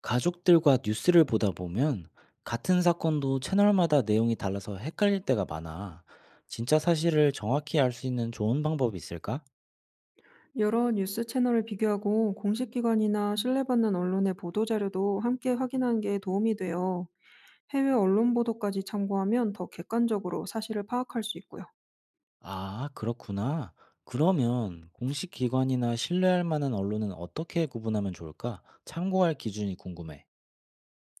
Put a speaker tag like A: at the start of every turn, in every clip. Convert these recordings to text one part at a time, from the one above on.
A: 가족들과 뉴스를 보다 보면 같은 사건도 채널마다 내용이 달라서 헷갈릴 때가 많아. 진짜 사실을 정확히 알 수 있는 좋은 방법이 있을까?
B: 여러 뉴스 채널을 비교하고 공식 기관이나 신뢰받는 언론의 보도 자료도 함께 확인하는 게 도움이 돼요. 해외 언론 보도까지 참고하면 더 객관적으로 사실을 파악할 수 있고요.
A: 아, 그렇구나. 그러면 공식 기관이나 신뢰할 만한 언론은 어떻게 구분하면 좋을까? 참고할 기준이 궁금해.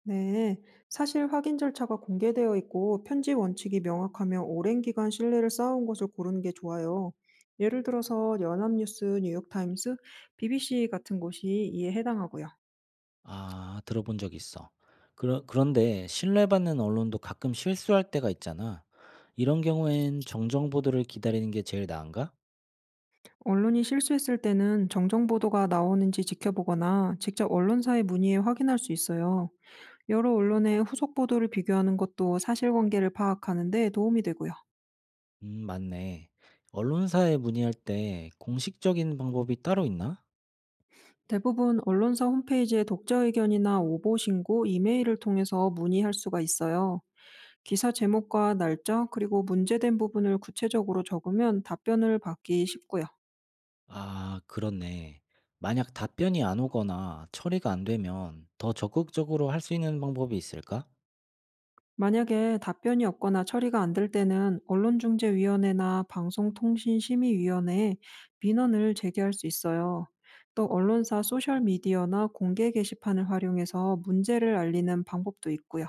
B: 네, 사실 확인 절차가 공개되어 있고 편집 원칙이 명확하며 오랜 기간 신뢰를 쌓아온 것을 고르는 게 좋아요. 예를 들어서 연합뉴스, 뉴욕타임스, BBC 같은 곳이 이에 해당하고요.
A: 아, 들어본 적 있어. 그런데 신뢰받는 언론도 가끔 실수할 때가 있잖아. 이런 경우엔 정정 보도를 기다리는 게 제일 나은가?
B: 언론이 실수했을 때는 정정 보도가 나오는지 지켜보거나 직접 언론사에 문의해 확인할 수 있어요. 여러 언론의 후속 보도를 비교하는 것도 사실관계를 파악하는 데 도움이 되고요.
A: 맞네. 언론사에 문의할 때 공식적인 방법이 따로 있나?
B: 대부분 언론사 홈페이지에 독자 의견이나 오보 신고, 이메일을 통해서 문의할 수가 있어요. 기사 제목과 날짜, 그리고 문제된 부분을 구체적으로 적으면 답변을 받기 쉽고요.
A: 아, 그렇네. 만약 답변이 안 오거나 처리가 안 되면 더 적극적으로 할 수 있는 방법이 있을까?
B: 만약에 답변이 없거나 처리가 안 될 때는 언론중재위원회나 방송통신심의위원회에 민원을 제기할 수 있어요. 또 언론사 소셜미디어나 공개 게시판을 활용해서 문제를 알리는 방법도 있고요.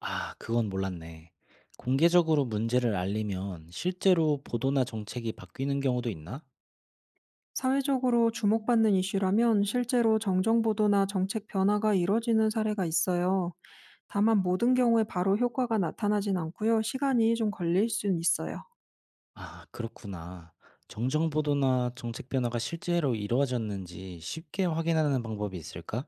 A: 아, 그건 몰랐네. 공개적으로 문제를 알리면 실제로 보도나 정책이 바뀌는 경우도 있나?
B: 사회적으로 주목받는 이슈라면 실제로 정정보도나 정책 변화가 이뤄지는 사례가 있어요. 다만 모든 경우에 바로 효과가 나타나진 않고요. 시간이 좀 걸릴 수는 있어요.
A: 아, 그렇구나. 정정 보도나 정책 변화가 실제로 이루어졌는지 쉽게 확인하는 방법이 있을까?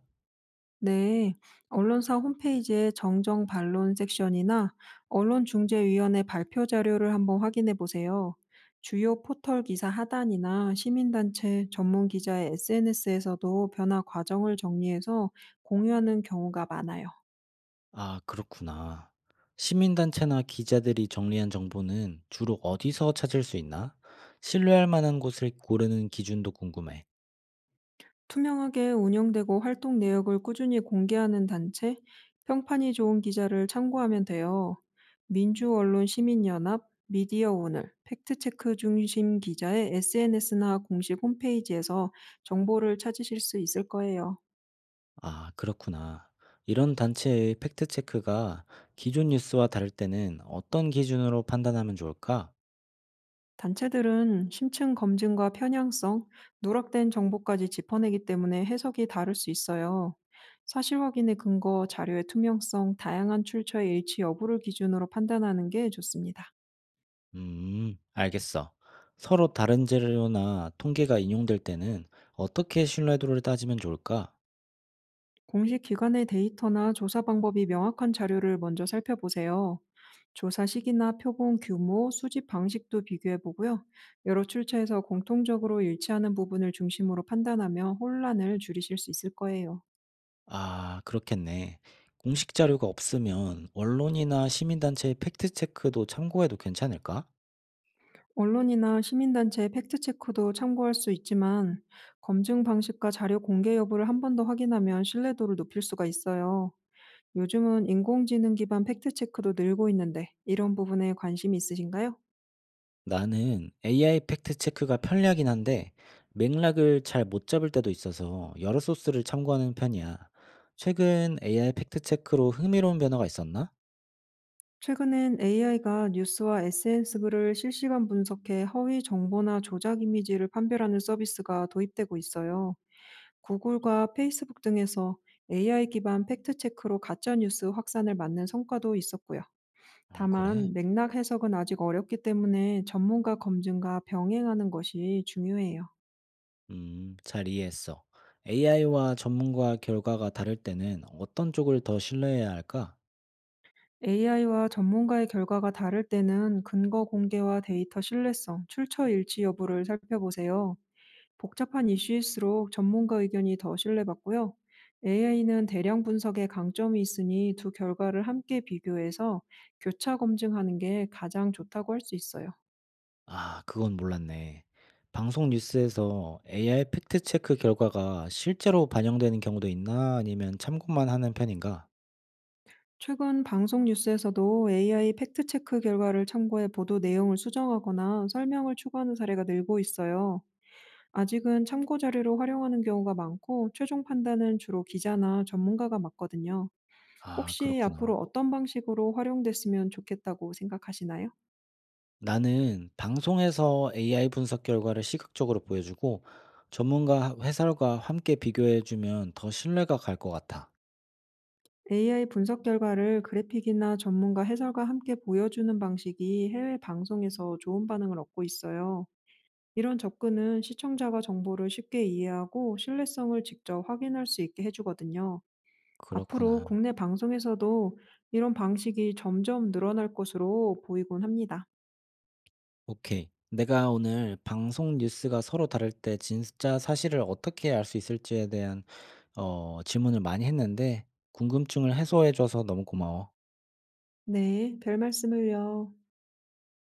B: 네, 언론사 홈페이지의 정정 반론 섹션이나 언론중재위원회 발표 자료를 한번 확인해 보세요. 주요 포털 기사 하단이나 시민단체 전문 기자의 SNS에서도 변화 과정을 정리해서 공유하는 경우가 많아요.
A: 아, 그렇구나. 시민단체나 기자들이 정리한 정보는 주로 어디서 찾을 수 있나? 신뢰할 만한 곳을 고르는 기준도 궁금해.
B: 투명하게 운영되고 활동 내역을 꾸준히 공개하는 단체, 평판이 좋은 기자를 참고하면 돼요. 민주언론시민연합, 미디어오늘, 팩트체크 중심 기자의 SNS나 공식 홈페이지에서 정보를 찾으실 수 있을 거예요.
A: 아, 그렇구나. 이런 단체의 팩트체크가 기존 뉴스와 다를 때는 어떤 기준으로 판단하면 좋을까?
B: 단체들은 심층 검증과 편향성, 누락된 정보까지 짚어내기 때문에 해석이 다를 수 있어요. 사실 확인의 근거, 자료의 투명성, 다양한 출처의 일치 여부를 기준으로 판단하는 게 좋습니다.
A: 알겠어. 서로 다른 재료나 통계가 인용될 때는 어떻게 신뢰도를 따지면 좋을까?
B: 공식 기관의 데이터나 조사 방법이 명확한 자료를 먼저 살펴보세요. 조사 시기나 표본 규모, 수집 방식도 비교해 보고요. 여러 출처에서 공통적으로 일치하는 부분을 중심으로 판단하며 혼란을 줄이실 수 있을 거예요.
A: 아, 그렇겠네. 공식 자료가 없으면 언론이나 시민단체의 팩트체크도 참고해도 괜찮을까?
B: 언론이나 시민단체의 팩트체크도 참고할 수 있지만 검증 방식과 자료 공개 여부를 한 번 더 확인하면 신뢰도를 높일 수가 있어요. 요즘은 인공지능 기반 팩트체크도 늘고 있는데 이런 부분에 관심이 있으신가요?
A: 나는 AI 팩트체크가 편리하긴 한데 맥락을 잘 못 잡을 때도 있어서 여러 소스를 참고하는 편이야. 최근 AI 팩트체크로 흥미로운 변화가 있었나?
B: 최근엔 AI가 뉴스와 SNS 글을 실시간 분석해 허위 정보나 조작 이미지를 판별하는 서비스가 도입되고 있어요. 구글과 페이스북 등에서 AI 기반 팩트체크로 가짜뉴스 확산을 막는 성과도 있었고요.
A: 어, 그래?
B: 다만, 맥락 해석은 아직 어렵기 때문에 전문가 검증과 병행하는 것이 중요해요.
A: 잘 이해했어. AI와 전문가 결과가 다를 때는 어떤 쪽을 더 신뢰해야 할까?
B: AI와 전문가의 결과가 다를 때는 근거 공개와 데이터 신뢰성, 출처 일치 여부를 살펴보세요. 복잡한 이슈일수록 전문가 의견이 더 신뢰받고요. AI는 대량 분석에 강점이 있으니 두 결과를 함께 비교해서 교차 검증하는 게 가장 좋다고 할 수 있어요.
A: 아, 그건 몰랐네. 방송 뉴스에서 AI 팩트 체크 결과가 실제로 반영되는 경우도 있나? 아니면 참고만 하는 편인가?
B: 최근 방송 뉴스에서도 AI 팩트체크 결과를 참고해 보도 내용을 수정하거나 설명을 추가하는 사례가 늘고 있어요. 아직은 참고 자료로 활용하는 경우가 많고 최종 판단은 주로 기자나 전문가가 맡거든요.
A: 아,
B: 혹시
A: 그렇구나.
B: 앞으로 어떤 방식으로 활용됐으면 좋겠다고 생각하시나요?
A: 나는 방송에서 AI 분석 결과를 시각적으로 보여주고 전문가 회사과 함께 비교해 주면 더 신뢰가 갈 것 같아.
B: AI 분석 결과를 그래픽이나 전문가 해설과 함께 보여주는 방식이 해외 방송에서 좋은 반응을 얻고 있어요. 이런 접근은 시청자가 정보를 쉽게 이해하고 신뢰성을 직접 확인할 수 있게 해주거든요. 앞으로
A: 그렇구나.
B: 국내 방송에서도 이런 방식이 점점 늘어날 것으로 보이곤 합니다.
A: 오케이. 내가 오늘 방송 뉴스가 서로 다를 때 진짜 사실을 어떻게 알 수 있을지에 대한 질문을 많이 했는데 궁금증을 해소해줘서 너무 고마워.
B: 네, 별 말씀을요.